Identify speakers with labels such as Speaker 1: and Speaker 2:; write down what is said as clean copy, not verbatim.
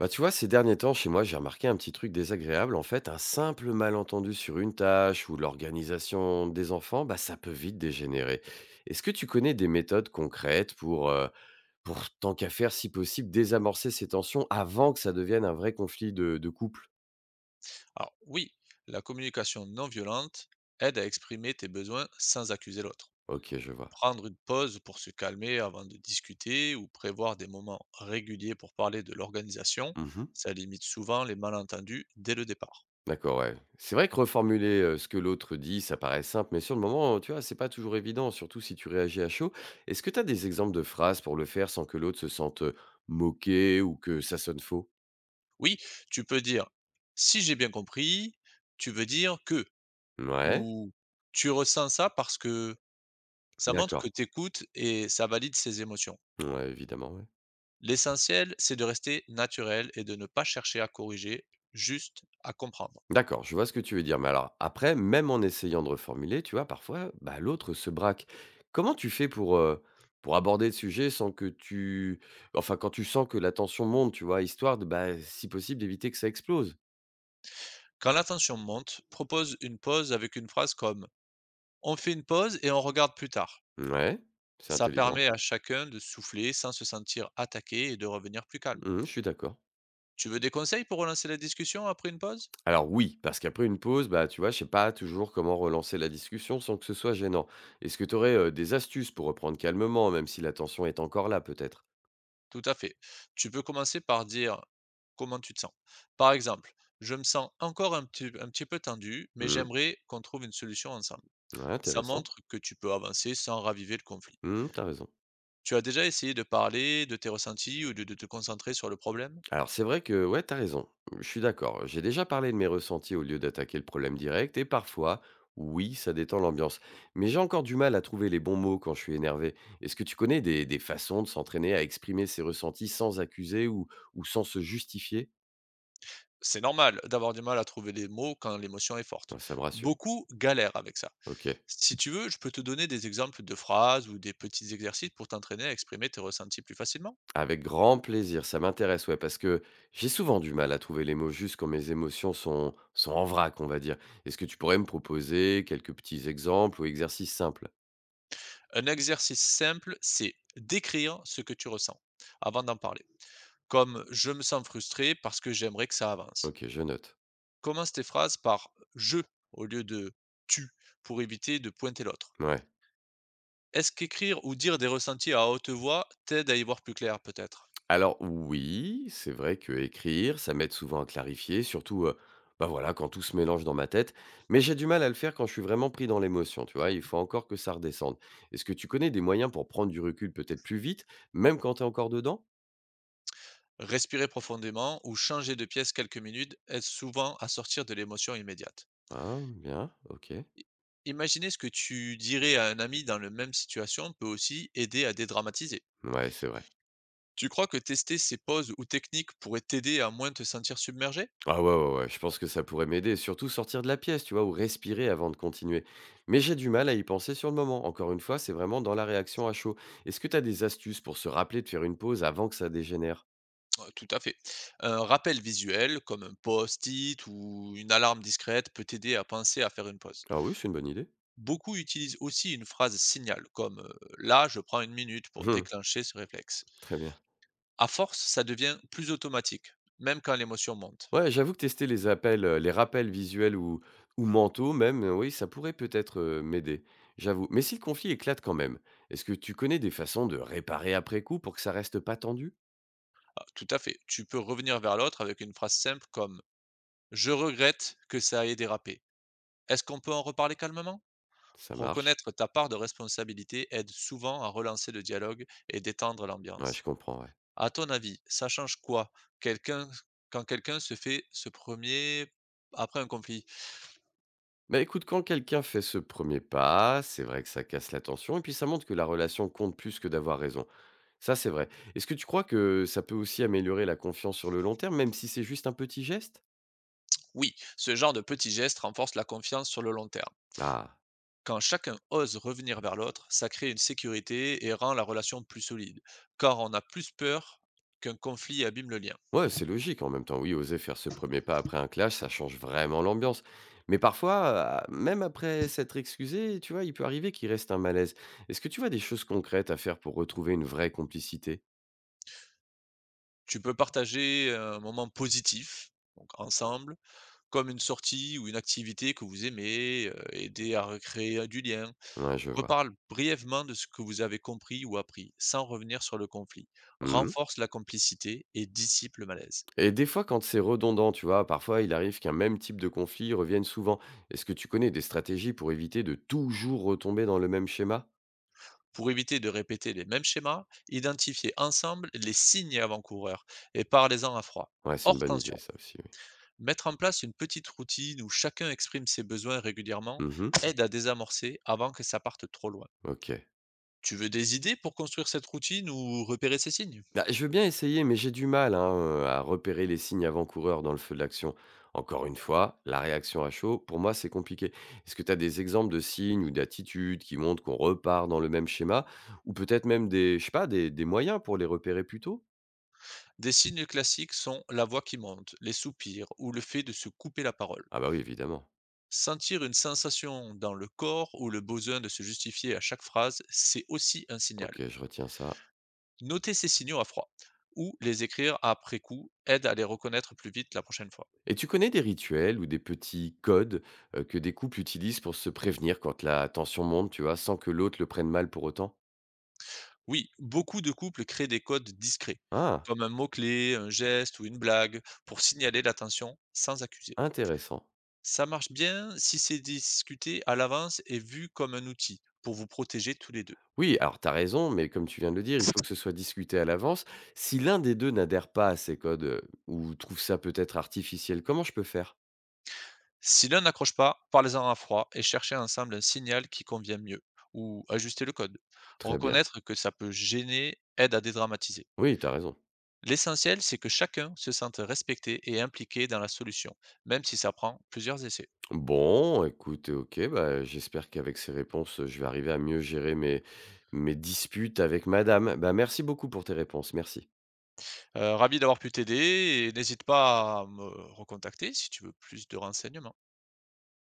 Speaker 1: Bah, tu vois, ces derniers temps, chez moi, j'ai remarqué un petit truc désagréable. En fait, un simple malentendu sur une tâche ou l'organisation des enfants, bah, ça peut vite dégénérer. Est-ce que tu connais des méthodes concrètes pour tant qu'à faire, si possible, désamorcer ces tensions avant que ça devienne un vrai conflit de couple?
Speaker 2: Alors oui, la communication non violente aide à exprimer tes besoins sans accuser l'autre.
Speaker 1: Ok, je vois.
Speaker 2: Prendre une pause pour se calmer avant de discuter ou prévoir des moments réguliers pour parler de l'organisation,
Speaker 1: Mhm.
Speaker 2: ça limite souvent les malentendus dès le départ.
Speaker 1: D'accord, ouais. C'est vrai que reformuler, ce que l'autre dit, ça paraît simple, mais sur le moment, tu vois, c'est pas toujours évident, surtout si tu réagis à chaud. Est-ce que tu as des exemples de phrases pour le faire sans que l'autre se sente, moqué ou que ça sonne faux?
Speaker 2: Oui, tu peux dire: «Si j'ai bien compris, tu veux dire que»
Speaker 1: Ouais,
Speaker 2: ou «tu ressens ça parce que». Ça montre que
Speaker 1: d'accord.
Speaker 2: tu écoutes et ça valide ses émotions.
Speaker 1: Ouais, évidemment, ouais.
Speaker 2: L'essentiel, c'est de rester naturel et de ne pas chercher à corriger, juste à comprendre.
Speaker 1: D'accord, je vois ce que tu veux dire, mais alors après, même en essayant de reformuler, tu vois, parfois, bah, l'autre se braque. Comment tu fais pour aborder le sujet sans que tu, enfin, quand tu sens que la tension monte, tu vois? Histoire de, bah, si possible, d'éviter que ça explose.
Speaker 2: Quand la tension monte, propose une pause avec une phrase comme: «On fait une pause et on regarde plus tard.»
Speaker 1: Ouais, c'est
Speaker 2: Ça
Speaker 1: intelligent.
Speaker 2: permet à chacun de souffler sans se sentir attaqué et de revenir plus calme.
Speaker 1: Mmh, je suis d'accord.
Speaker 2: Tu veux des conseils pour relancer la discussion après une pause?
Speaker 1: Alors oui, parce qu'après une pause, bah, tu vois, je sais pas toujours comment relancer la discussion sans que ce soit gênant. Est-ce que tu aurais des astuces pour reprendre calmement, même si la tension est encore là peut-être?
Speaker 2: Tout à fait. Tu peux commencer par dire comment tu te sens. Par exemple: «Je me sens encore un petit peu tendu, mais
Speaker 1: Mmh.
Speaker 2: j'aimerais qu'on trouve une solution ensemble.»
Speaker 1: Ouais,
Speaker 2: Ça
Speaker 1: intéressant.
Speaker 2: montre que tu peux avancer sans raviver le conflit.
Speaker 1: Mmh mh, raison.
Speaker 2: Tu as déjà essayé de parler de tes ressentis ou de te concentrer sur le problème?
Speaker 1: Alors c'est vrai que ouais, t'as raison. Je suis d'accord. J'ai déjà parlé de mes ressentis au lieu d'attaquer le problème direct et parfois, oui, ça détend l'ambiance. Mais j'ai encore du mal à trouver les bons mots quand je suis énervé. Est-ce que tu connais des façons de s'entraîner à exprimer ses ressentis sans accuser ou sans se justifier?
Speaker 2: C'est normal d'avoir du mal à trouver les mots quand l'émotion est forte.
Speaker 1: Ouais, ça me rassure.
Speaker 2: Beaucoup galèrent avec ça.
Speaker 1: Ok.
Speaker 2: Si tu veux, je peux te donner des exemples de phrases ou des petits exercices pour t'entraîner à exprimer tes ressentis plus facilement.
Speaker 1: Avec grand plaisir, ça m'intéresse, ouais, parce que j'ai souvent du mal à trouver les mots juste quand mes émotions sont en vrac, on va dire. Est-ce que tu pourrais me proposer quelques petits exemples ou exercices simples?
Speaker 2: Un exercice simple, c'est d'écrire ce que tu ressens avant d'en parler. Comme: «Je me sens frustré parce que j'aimerais que ça avance.»
Speaker 1: Ok, je note.
Speaker 2: Commence tes phrases par «je» au lieu de «tu» pour éviter de pointer l'autre.
Speaker 1: Ouais.
Speaker 2: Est-ce qu'écrire ou dire des ressentis à haute voix t'aide à y voir plus clair peut-être?
Speaker 1: Alors oui, c'est vrai que écrire, ça m'aide souvent à clarifier, surtout, bah, voilà, quand tout se mélange dans ma tête. Mais j'ai du mal à le faire quand je suis vraiment pris dans l'émotion, tu vois? Il faut encore que ça redescende. Est-ce que tu connais des moyens pour prendre du recul peut-être plus vite, même quand tu es encore dedans?
Speaker 2: Respirer profondément ou changer de pièce quelques minutes aide souvent à sortir de l'émotion immédiate.
Speaker 1: Ah, bien, ok.
Speaker 2: I- Imaginer ce que tu dirais à un ami dans la même situation peut aussi aider à dédramatiser.
Speaker 1: Ouais, c'est vrai.
Speaker 2: Tu crois que tester ces pauses ou techniques pourrait t'aider à moins te sentir submergé?
Speaker 1: Ah ouais, ouais, ouais, je pense que ça pourrait m'aider, surtout sortir de la pièce, tu vois? Ou respirer avant de continuer. Mais j'ai du mal à y penser sur le moment. Encore une fois, c'est vraiment dans la réaction à chaud. Est-ce que tu as des astuces pour se rappeler de faire une pause avant que ça dégénère?
Speaker 2: Ouais, tout à fait. Un rappel visuel, comme un post-it ou une alarme discrète, peut t'aider à penser à faire une pause.
Speaker 1: Ah oui, c'est une bonne idée.
Speaker 2: Beaucoup utilisent aussi une phrase signal, comme «là, je prends une minute» pour
Speaker 1: Mmh,
Speaker 2: déclencher ce réflexe.
Speaker 1: très bien.
Speaker 2: À force, ça devient plus automatique, même quand l'émotion monte.
Speaker 1: Ouais, j'avoue que tester les appels, les rappels visuels ou mentaux même, oui, ça pourrait peut-être, m'aider, j'avoue. Mais si le conflit éclate quand même, est-ce que tu connais des façons de réparer après coup pour que ça reste pas tendu?
Speaker 2: Ah, tout à fait. Tu peux revenir vers l'autre avec une phrase simple comme: «Je regrette que ça ait dérapé. Est-ce qu'on peut en reparler calmement?»
Speaker 1: Ça marche?
Speaker 2: Reconnaître ta part de responsabilité aide souvent à relancer le dialogue et détendre
Speaker 1: Ouais, je
Speaker 2: l'ambiance.
Speaker 1: comprends, ouais.
Speaker 2: À ton avis, ça change quoi quelqu'un, quand quelqu'un se fait ce premier après un conflit?
Speaker 1: Bah, écoute, quand quelqu'un fait ce premier pas, c'est vrai que ça casse la tension et puis ça montre que la relation compte plus que d'avoir raison. Ça, c'est vrai. Est-ce que tu crois que ça peut aussi améliorer la confiance sur le long terme, même si c'est juste un petit geste?
Speaker 2: Oui, ce genre de petit geste renforce la confiance sur le long terme.
Speaker 1: Ah.
Speaker 2: Quand chacun ose revenir vers l'autre, ça crée une sécurité et rend la relation plus solide, car on a plus peur qu'un conflit abîme le lien.
Speaker 1: Ouais, c'est logique en même temps. Oui, oser faire ce premier pas après un clash, ça change vraiment l'ambiance. Mais parfois, même après s'être excusé, tu vois, il peut arriver qu'il reste un malaise. Est-ce que tu vois des choses concrètes à faire pour retrouver une vraie complicité?
Speaker 2: Tu peux partager un moment positif, donc ensemble, comme une sortie ou une activité que vous aimez, aider à recréer du lien.
Speaker 1: Ouais, je vois.
Speaker 2: Reparle brièvement de ce que vous avez compris ou appris, sans revenir sur le conflit.
Speaker 1: Mmh,
Speaker 2: Renforce la complicité et dissipe le malaise.
Speaker 1: et des fois, quand c'est redondant, tu vois, parfois, il arrive qu'un même type de conflit revienne souvent. Est-ce que tu connais des stratégies pour éviter de toujours retomber dans le même schéma?
Speaker 2: Pour éviter de répéter les mêmes schémas, identifiez ensemble les signes avant-coureurs et parlez-en à froid,
Speaker 1: Ouais, c'est une
Speaker 2: hors
Speaker 1: bonne
Speaker 2: tension.
Speaker 1: idée ça aussi, oui.
Speaker 2: Mettre en place une petite routine où chacun exprime ses besoins régulièrement
Speaker 1: Mmh.
Speaker 2: aide à désamorcer avant que ça parte trop loin.
Speaker 1: Ok.
Speaker 2: Tu veux des idées pour construire cette routine ou repérer ces signes?
Speaker 1: Bah, je veux bien essayer, mais j'ai du mal hein, à repérer les signes avant-coureurs dans le feu de l'action. Encore une fois, la réaction à chaud, pour moi, c'est compliqué. Est-ce que tu as des exemples de signes ou d'attitudes qui montrent qu'on repart dans le même schéma? Ou peut-être même des, je sais pas, des moyens pour les repérer plus tôt?
Speaker 2: Des signes classiques sont la voix qui monte, les soupirs ou le fait de se couper la parole.
Speaker 1: Ah bah oui, évidemment.
Speaker 2: Sentir une sensation dans le corps ou le besoin de se justifier à chaque phrase, c'est aussi un signal.
Speaker 1: Ok, je retiens ça.
Speaker 2: Noter ces signaux à froid ou les écrire après coup aide à les reconnaître plus vite la prochaine fois.
Speaker 1: Et tu connais des rituels ou des petits codes, que des couples utilisent pour se prévenir quand la tension monte, tu vois, sans que l'autre le prenne mal pour autant?
Speaker 2: Oui, beaucoup de couples créent des codes discrets,
Speaker 1: Ah!
Speaker 2: comme un mot-clé, un geste ou une blague, pour signaler l'attention sans accuser.
Speaker 1: Intéressant.
Speaker 2: Ça marche bien si c'est discuté à l'avance et vu comme un outil pour vous protéger tous les deux.
Speaker 1: Oui, alors tu as raison, mais comme tu viens de le dire, il faut que ce soit discuté à l'avance. Si l'un des 2 n'adhère pas à ces codes, ou trouve ça peut-être artificiel, comment je peux faire?
Speaker 2: Si l'un n'accroche pas, parlez-en à froid et cherchez ensemble un signal qui convient mieux, ou ajustez le code.
Speaker 1: Très bien.
Speaker 2: Reconnaître que ça peut gêner aide à dédramatiser.
Speaker 1: Oui, tu as raison.
Speaker 2: L'essentiel, c'est que chacun se sente respecté et impliqué dans la solution, même si ça prend plusieurs essais.
Speaker 1: Bon, écoute, ok, bah, j'espère qu'avec ces réponses, je vais arriver à mieux gérer mes mes disputes avec madame. Bah, merci beaucoup pour tes réponses, merci.
Speaker 2: Ravi d'avoir pu t'aider et n'hésite pas à me recontacter si tu veux plus de renseignements.